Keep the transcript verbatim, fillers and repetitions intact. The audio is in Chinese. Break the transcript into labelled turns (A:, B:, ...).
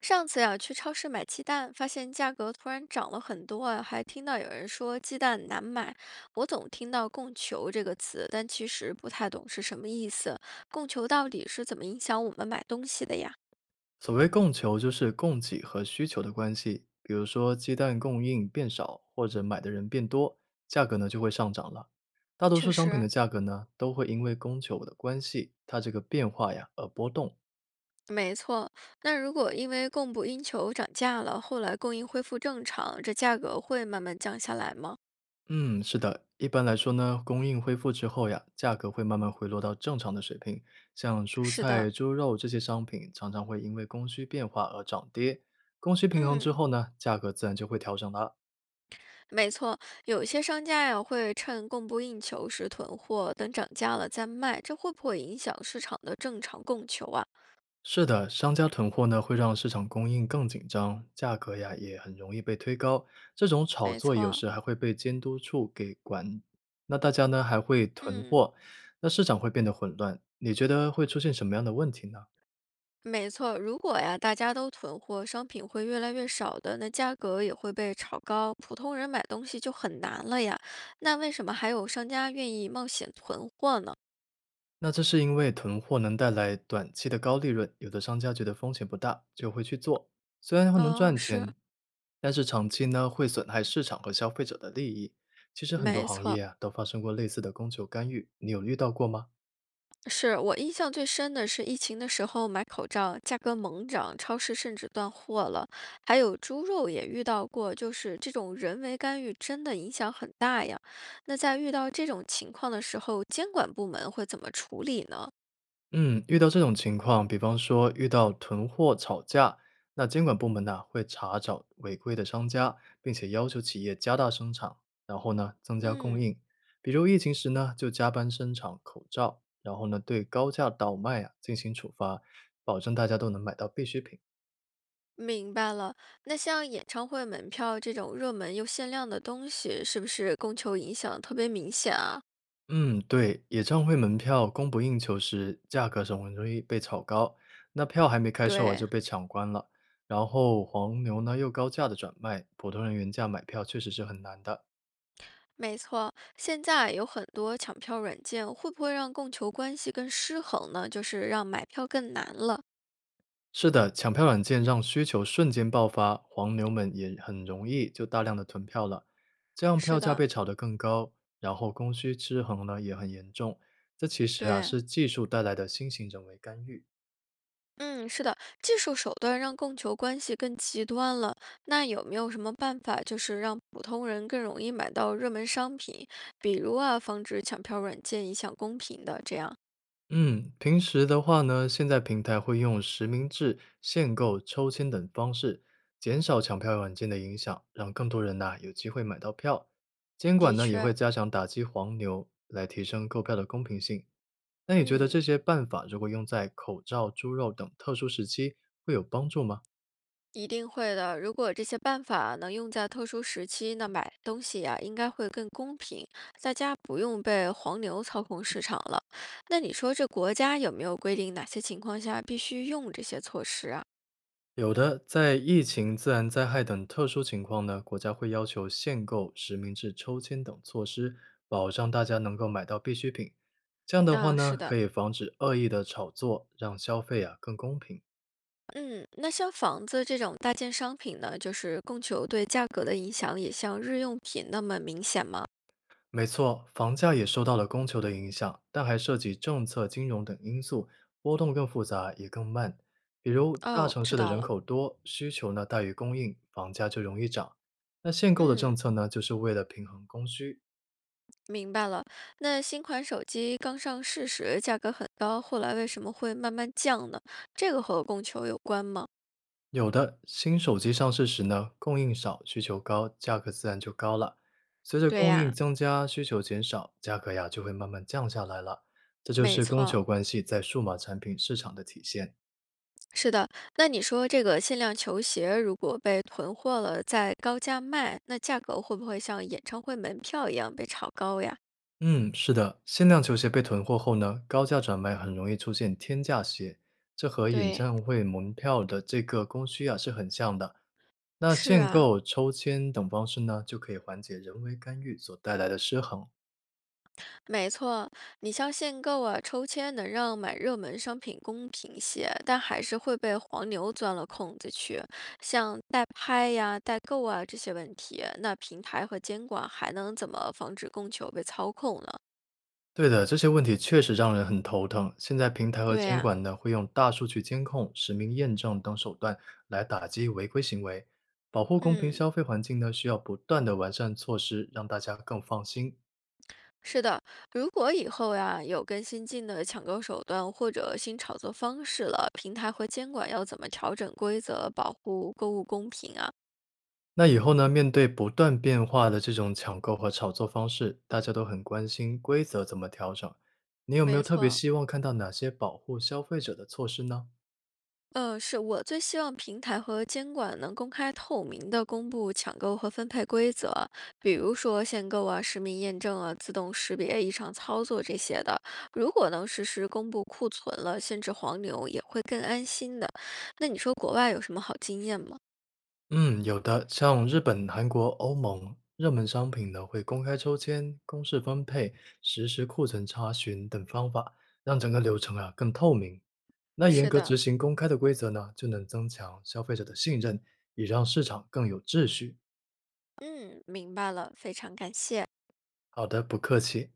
A: 上次呀，去超市买鸡蛋，发现价格突然涨了很多啊，还听到有人说鸡蛋难买。我总听到"供求"这个词，但其实不太懂是什么意思。供求到底是怎么影响我们买东西的呀？
B: 所谓供求，就是供给和需求的关系。比如说，鸡蛋供应变少，或者买的人变多，价格呢就会上涨了。大多
A: 确
B: 数商品
A: 实，
B: 的价格呢，都会因为供求的关系，它这个变化呀而波动。
A: 没错。那如果因为供不应求涨价了，后来供应恢复正常，这价格会慢慢降下来吗？
B: 嗯，是的，一般来说呢，供应恢复之后呀，价格会慢慢回落到正常的水平。像蔬
A: 是的，
B: 菜、猪肉这些商品，常常会因为供需变化而涨跌。供需平衡之
A: 嗯。
B: 后呢，价格自然就会调整了。
A: 没错，有一些商家呀会趁供不应求时囤货，等涨价了再卖，这会不会影响市场的正常供求啊？
B: 是的，商家囤货呢，会让市场供应更紧张，价格呀也很容易被推高。这种炒
A: 没
B: 作有
A: 错，
B: 时还会被监督处给管，那大家呢还会囤
A: 嗯，
B: 货，那市场会变得混乱。你觉得会出现什么样的问题呢？
A: 没错，如果呀大家都囤货，商品会越来越少的，那价格也会被炒高，普通人买东西就很难了呀。那为什么还有商家愿意冒险囤货呢？
B: 那这是因为囤货能带来短期的高利润，有的商家觉得风险不大，就会去做，虽然会能
A: 哦，
B: 赚
A: 是。
B: 钱，但是长期呢会损害市场和消费者的利益。其实很多
A: 没
B: 行
A: 错，
B: 业啊都发生过类似的供求干预，你有遇到过吗？
A: 是我印象最深的是疫情的时候买口罩，价格猛涨，超市甚至断货了。还有猪肉也遇到过，就是这种人为干预真的影响很大呀。那在遇到这种情况的时候，监管部门会怎么处理呢？
B: 嗯，遇到这种情况，比方说遇到囤货吵架，那监管部门呢会查找违规的商家，并且要求企业加大生产，然后呢增加供
A: 嗯，
B: 应。比如疫情时呢就加班生产口罩，然后呢对高价倒卖啊进行处罚，保证大家都能买到必需品。
A: 明白了。那像演唱会门票这种热门又限量的东西，是不是供求影响特别明显啊？
B: 嗯，对，演唱会门票供不应求时，价格很容易被炒高。那票还没开售啊，就
A: 对。
B: 被抢光了。然后黄牛呢又高价的转卖，普通人原价买票确实是很难的。
A: 没错，现在有很多抢票软件，会不会让供求关系更失衡呢？就是让买票更难了。
B: 是的，抢票软件让需求瞬间爆发，黄牛们也很容易就大量的囤票了，这样票
A: 是
B: 价
A: 的，
B: 被炒得更高，然后供需失衡呢也很严重。这其实啊
A: 对，
B: 是技术带来的新型人为干预。
A: 嗯，是的，技术手段让供求关系更极端了。那有没有什么办法，就是让普通人更容易买到热门商品？比如啊，防止抢票软件影响公平的这样。
B: 嗯，平时的话呢，现在平台会用实名制、限购、抽签等方式，减少抢票软件的影响，让更多人呐、有机会买到票。监管
A: 的
B: 呢也会
A: 确，
B: 加强打击黄牛，来提升购票的公平性。那你觉得这
A: 嗯。
B: 些办法如果用在口罩、猪肉等特殊时期，会有帮助吗？
A: 一定会的。如果这些办法能用在特殊时期，那买东西呀、应该会更公平，大家不用被黄牛操控市场了。那你说这国家有没有规定哪些情况下必须用这些措施啊？
B: 有的，在疫情、自然灾害等特殊情况呢，国家会要求限购、实名制抽签等措施，保障大家能够买到必需品。这样的话
A: 啊，
B: 呢，
A: 是的，
B: 可以防止恶意的炒作，让消费啊更公平。
A: 嗯，那像房子这种大件商品呢，就是供求对价格的影响也像日用品那么明显吗？
B: 没错，房价也受到了供求的影响，但还涉及政策、金融等因素，波动更复杂，也更慢。比如大
A: 哦，
B: 城
A: 知
B: 市的
A: 道
B: 人
A: 了，
B: 口多，需求呢大于供应，房价就容易涨。那限购的政
A: 嗯。
B: 策呢，就是为了平衡供需，
A: 明白了。那新款手机刚上市时价格很高，后来为什么会慢慢降呢？这个和供求有关吗？
B: 有的，新手机上市时呢，供应少，需求高，价格自然就高了。随着
A: 对
B: 供应
A: 呀、
B: 增加，需求减少，价格呀就会慢慢降下来了。这就
A: 没
B: 是供
A: 错，
B: 求关系在数码产品市场的体现。
A: 是的。那你说这个限量球鞋如果被囤货了，再高价卖，那价格会不会像演唱会门票一样被炒高呀？
B: 嗯，是的，限量球鞋被囤货后呢，高价转卖很容易出现天价鞋，这和演
A: 对。
B: 唱会门票的这个供需啊是很像的。那
A: 是
B: 限
A: 啊，
B: 购、抽签等方式呢，就可以缓解人为干预所带来的失衡。
A: 没错，你像限购啊、抽签能让买热门商品公平些，但还是会被黄牛钻了空子去。像代拍呀、代购啊这些问题，那平台和监管还能怎么防止供求被操控呢？
B: 对的，这些问题确实让人很头疼。现在平台和
A: 对
B: 监
A: 呀、
B: 管呢，会用大数据监控、实名验证等手段来打击违规行为，保护公平
A: 嗯，
B: 消费环境呢，需要不断的完善措施，让大家更放心。
A: 是的。如果以后呀有更新进的抢购手段或者新炒作方式了，平台和监管要怎么调整规则，保护购物公平啊？
B: 那以后呢，面对不断变化的这种抢购和炒作方式，大家都很关心规则怎么调整。你有没有
A: 没
B: 特别
A: 错，
B: 希望看到哪些保护消费者的措施呢？
A: 呃，是我最希望平台和监管能公开透明的公布抢购和分配规则，比如说限购啊、实名验证啊、自动识别异常操作这些的。如果能实时公布库存了，限制黄牛，也会更安心的。那你说国外有什么好经验吗？
B: 嗯，有的，像日本、韩国、欧盟，热门商品呢会公开抽签、公示分配、实时库存查询等方法，让整个流程啊更透明。那严
A: 是
B: 格
A: 的，
B: 执行公开的规则呢，就能增强消费者的信任，也让市场更有秩序。
A: 嗯，明白了，非常感谢。
B: 好的，不客气。